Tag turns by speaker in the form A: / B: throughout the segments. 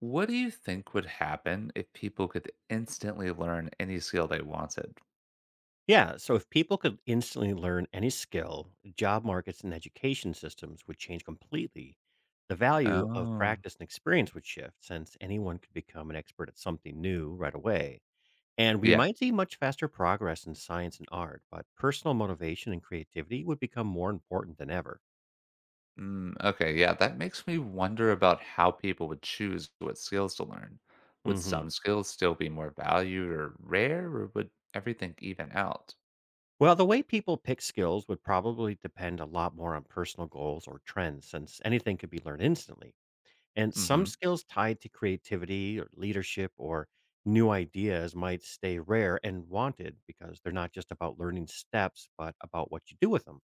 A: What do you think would happen if people could instantly learn any skill they wanted?
B: Yeah. So if people could instantly learn any skill, job markets and education systems would change completely. The value of
A: Oh,
B: practice and experience would shift since anyone could become an expert at something new right away. And we
A: yeah.
B: might see much faster progress in science and art, but personal motivation and creativity would become more important than ever.
A: Mm, okay, yeah, that makes me wonder about how people would choose what skills to learn. Would
B: hmm
A: some skills still be more valued or rare, or would everything even out?
B: Well, the way people pick skills would probably depend a lot more on personal goals or trends since anything could be learned instantly. And some
A: Mm-hmm.
B: skills tied to creativity or leadership or new ideas might stay rare and wanted because they're not just about learning steps, but about what you do with them.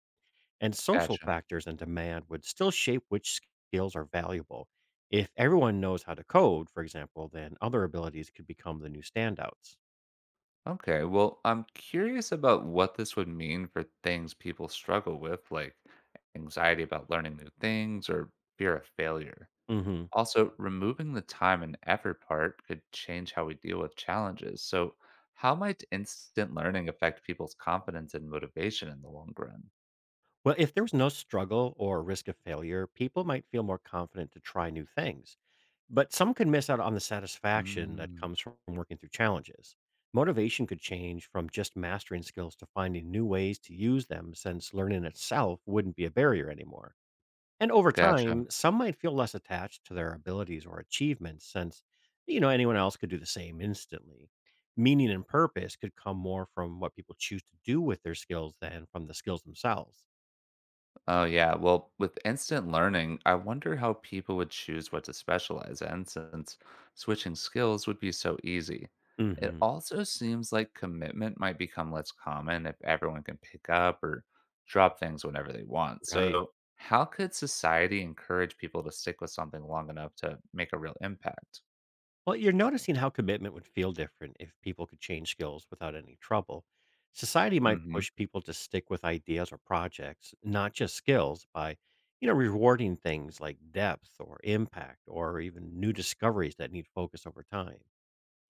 B: And social
A: Gotcha.
B: factors and demand would still shape which skills are valuable. If everyone knows how to code, for example, then other abilities could become the new standouts.
A: Okay, well, I'm curious about what this would mean for things people struggle with, like anxiety about learning new things or fear of failure.
B: hmm
A: Also, removing the time and effort part could change how we deal with challenges. So, how might instant learning affect people's confidence and motivation in the long run?
B: Well, if there was no struggle or risk of failure, people might feel more confident to try new things. But some could miss out on the satisfaction that
A: Mm,
B: comes from working through challenges. Motivation could change from just mastering skills to finding new ways to use them, since learning itself wouldn't be a barrier anymore. And over
A: gotcha.
B: time, some might feel less attached to their abilities or achievements, since anyone else could do the same instantly. Meaning and purpose could come more from what people choose to do with their skills than from the skills themselves.
A: Oh, yeah. Well, with instant learning, I wonder how people would choose what to specialize in since switching skills would be so easy. It
B: hmm
A: also seems like commitment might become less common if everyone can pick up or drop things whenever they want.
B: Right.
A: So, how could society encourage people to stick with something long enough to make a real impact?
B: Well, you're noticing how commitment would feel different if people could change skills without any trouble. Society might
A: Hmm.
B: push people to stick with ideas or projects, not just skills, by rewarding things like depth or impact or even new discoveries that need focus over time.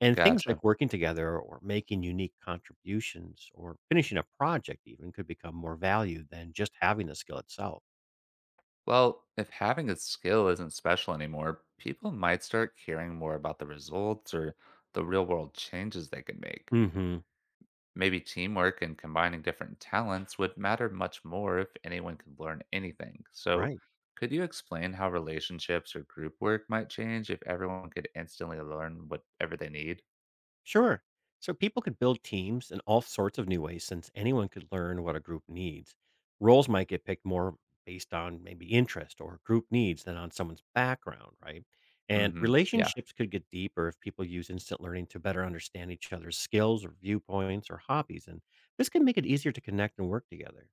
B: And things
A: Gotcha.
B: like working together or making unique contributions or finishing a project even could become more valued than just having the skill itself.
A: Well, if having a skill isn't special anymore, people might start caring more about the results or the real world changes they can make.
B: Mhm.
A: Maybe teamwork and combining different talents would matter much more if anyone could learn anything. So,
B: Right.
A: could you explain how relationships or group work might change if everyone could instantly learn whatever they need?
B: Sure. So people could build teams in all sorts of new ways since anyone could learn what a group needs. Roles might get picked more based on maybe interest or group needs than on someone's background, right?
A: Mm
B: And
A: hmm. Yeah.
B: relationships could get deeper if people use instant learning to better understand each other's skills or viewpoints or hobbies. And this can make it easier to connect and work together.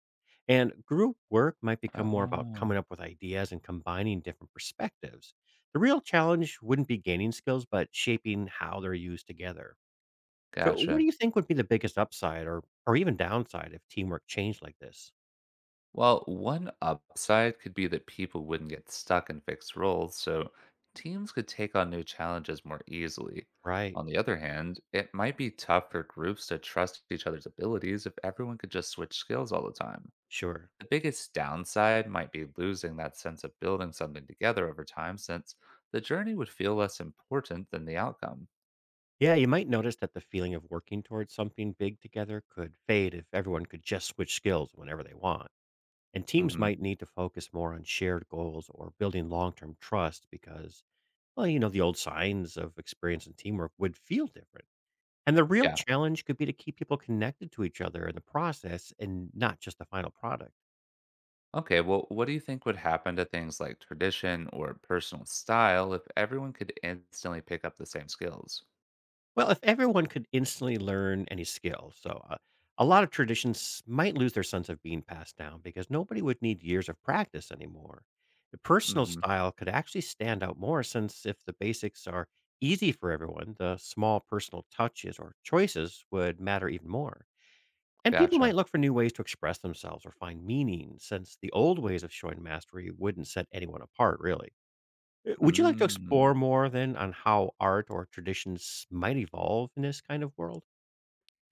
B: And group work might become more about
A: Oh,
B: coming up with ideas and combining different perspectives. The real challenge wouldn't be gaining skills, but shaping how they're used together. So, what do
A: gotcha.
B: you think would be the biggest upside or even downside if teamwork changed like this?
A: Well, one upside could be that people wouldn't get stuck in fixed roles, so teams could take on new challenges more easily.
B: Right.
A: On the other hand, it might be tough for groups to trust each other's abilities if everyone could just switch skills all the time.
B: Sure.
A: The biggest downside might be losing that sense of building something together over time since the journey would feel less important than the outcome.
B: Yeah, you might notice that the feeling of working towards something big together could fade if everyone could just switch skills whenever they want. And teams
A: Mhm.
B: might need to focus more on shared goals or building long-term trust because well, the old signs of experience and teamwork would feel different. And the real
A: Yeah.
B: challenge could be to keep people connected to each other in the process and not just the final product.
A: Okay, well, what do you think would happen to things like tradition or personal style if everyone could instantly pick up the same skills?
B: Well, if everyone could instantly learn any skill, a lot of traditions might lose their sense of being passed down because nobody would need years of practice anymore. The personal
A: Hmm.
B: style could actually stand out more since if the basics are easy for everyone, the small personal touches or choices would matter even more. And people might
A: Gotcha.
B: look for new ways to express themselves or find meaning since the old ways of showing mastery wouldn't set anyone apart, really. Would you like to explore
A: Mm.
B: more then on how art or traditions might evolve in this kind of world?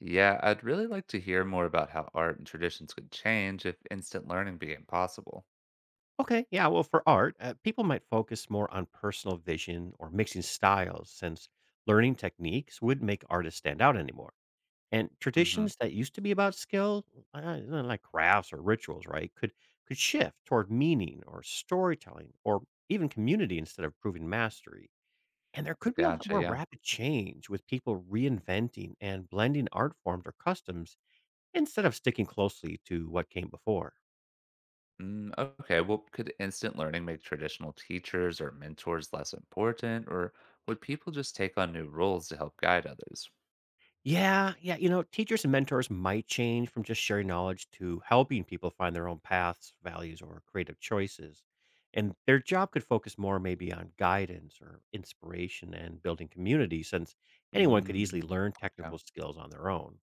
A: Yeah, I'd really like to hear more about how art and traditions could change if instant learning became possible.
B: Okay, yeah, well, for art, people might focus more on personal vision or mixing styles since learning techniques would make artists stand out anymore. And
A: Hmm.
B: traditions that used to be about skill, like crafts or rituals, right, could shift toward meaning or storytelling or even community instead of proving mastery. And there could be a lot
A: Gotcha,
B: more
A: yeah.
B: rapid change with people reinventing and blending art forms or customs instead of sticking closely to what came before.
A: Mm, okay, well, could instant learning make traditional teachers or mentors less important, or would people just take on new roles to help guide others?
B: Teachers and mentors might change from just sharing knowledge to helping people find their own paths, values, or creative choices. And their job could focus more maybe on guidance or inspiration and building community, since anyone could easily
A: Mm,
B: learn
A: okay.
B: technical skills on their own.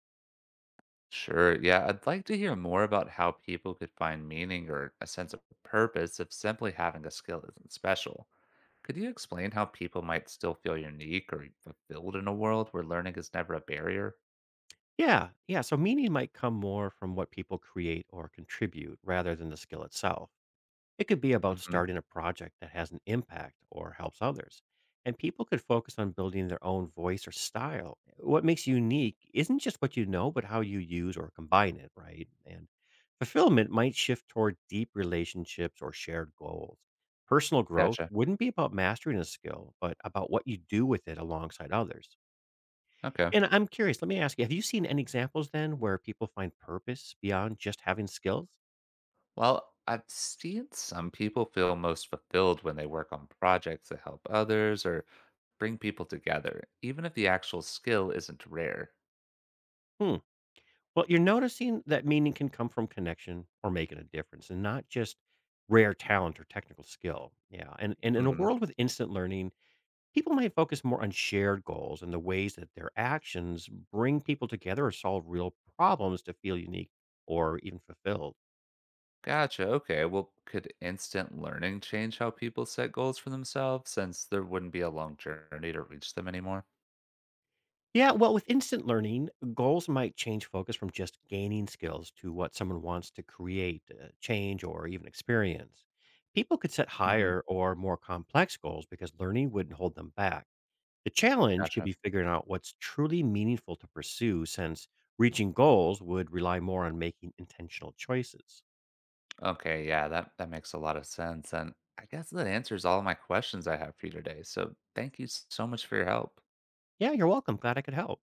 A: Sure. Yeah, I'd like to hear more about how people could find meaning or a sense of purpose if simply having a skill isn't special. Could you explain how people might still feel unique or fulfilled in a world where learning is never a barrier?
B: Yeah, so meaning might come more from what people create or contribute rather than the skill itself. It could be about
A: Hmm.
B: starting a project that has an impact or helps others. And people could focus on building their own voice or style. What makes you unique isn't just what you know, but how you use or combine it, right? And fulfillment might shift toward deep relationships or shared goals. Personal growth
A: Gotcha.
B: wouldn't be about mastering a skill, but about what you do with it alongside others.
A: Okay.
B: And I'm curious, let me ask you, have you seen any examples then where people find purpose beyond just having skills?
A: Well, I've seen some people feel most fulfilled when they work on projects that help others or bring people together, even if the actual skill isn't rare.
B: Hmm. Well, you're noticing that meaning can come from connection or making a difference and not just rare talent or technical skill. Yeah. And in a
A: Mm-hmm.
B: world with instant learning, people might focus more on shared goals and the ways that their actions bring people together or solve real problems to feel unique or even fulfilled.
A: Gotcha. Okay. Well, could instant learning change how people set goals for themselves since there wouldn't be a long journey to reach them anymore?
B: Yeah, well, with instant learning, goals might change focus from just gaining skills to what someone wants to create, change, or even experience. People could set
A: Hmm.
B: higher or more complex goals because learning wouldn't hold them back. The challenge could
A: Gotcha.
B: be figuring out what's truly meaningful to pursue, since reaching goals would rely more on making intentional choices.
A: Okay. Yeah, that makes a lot of sense. And I guess that answers all my questions I have for you today. So thank you so much for your help.
B: Yeah, you're welcome. Glad I could help.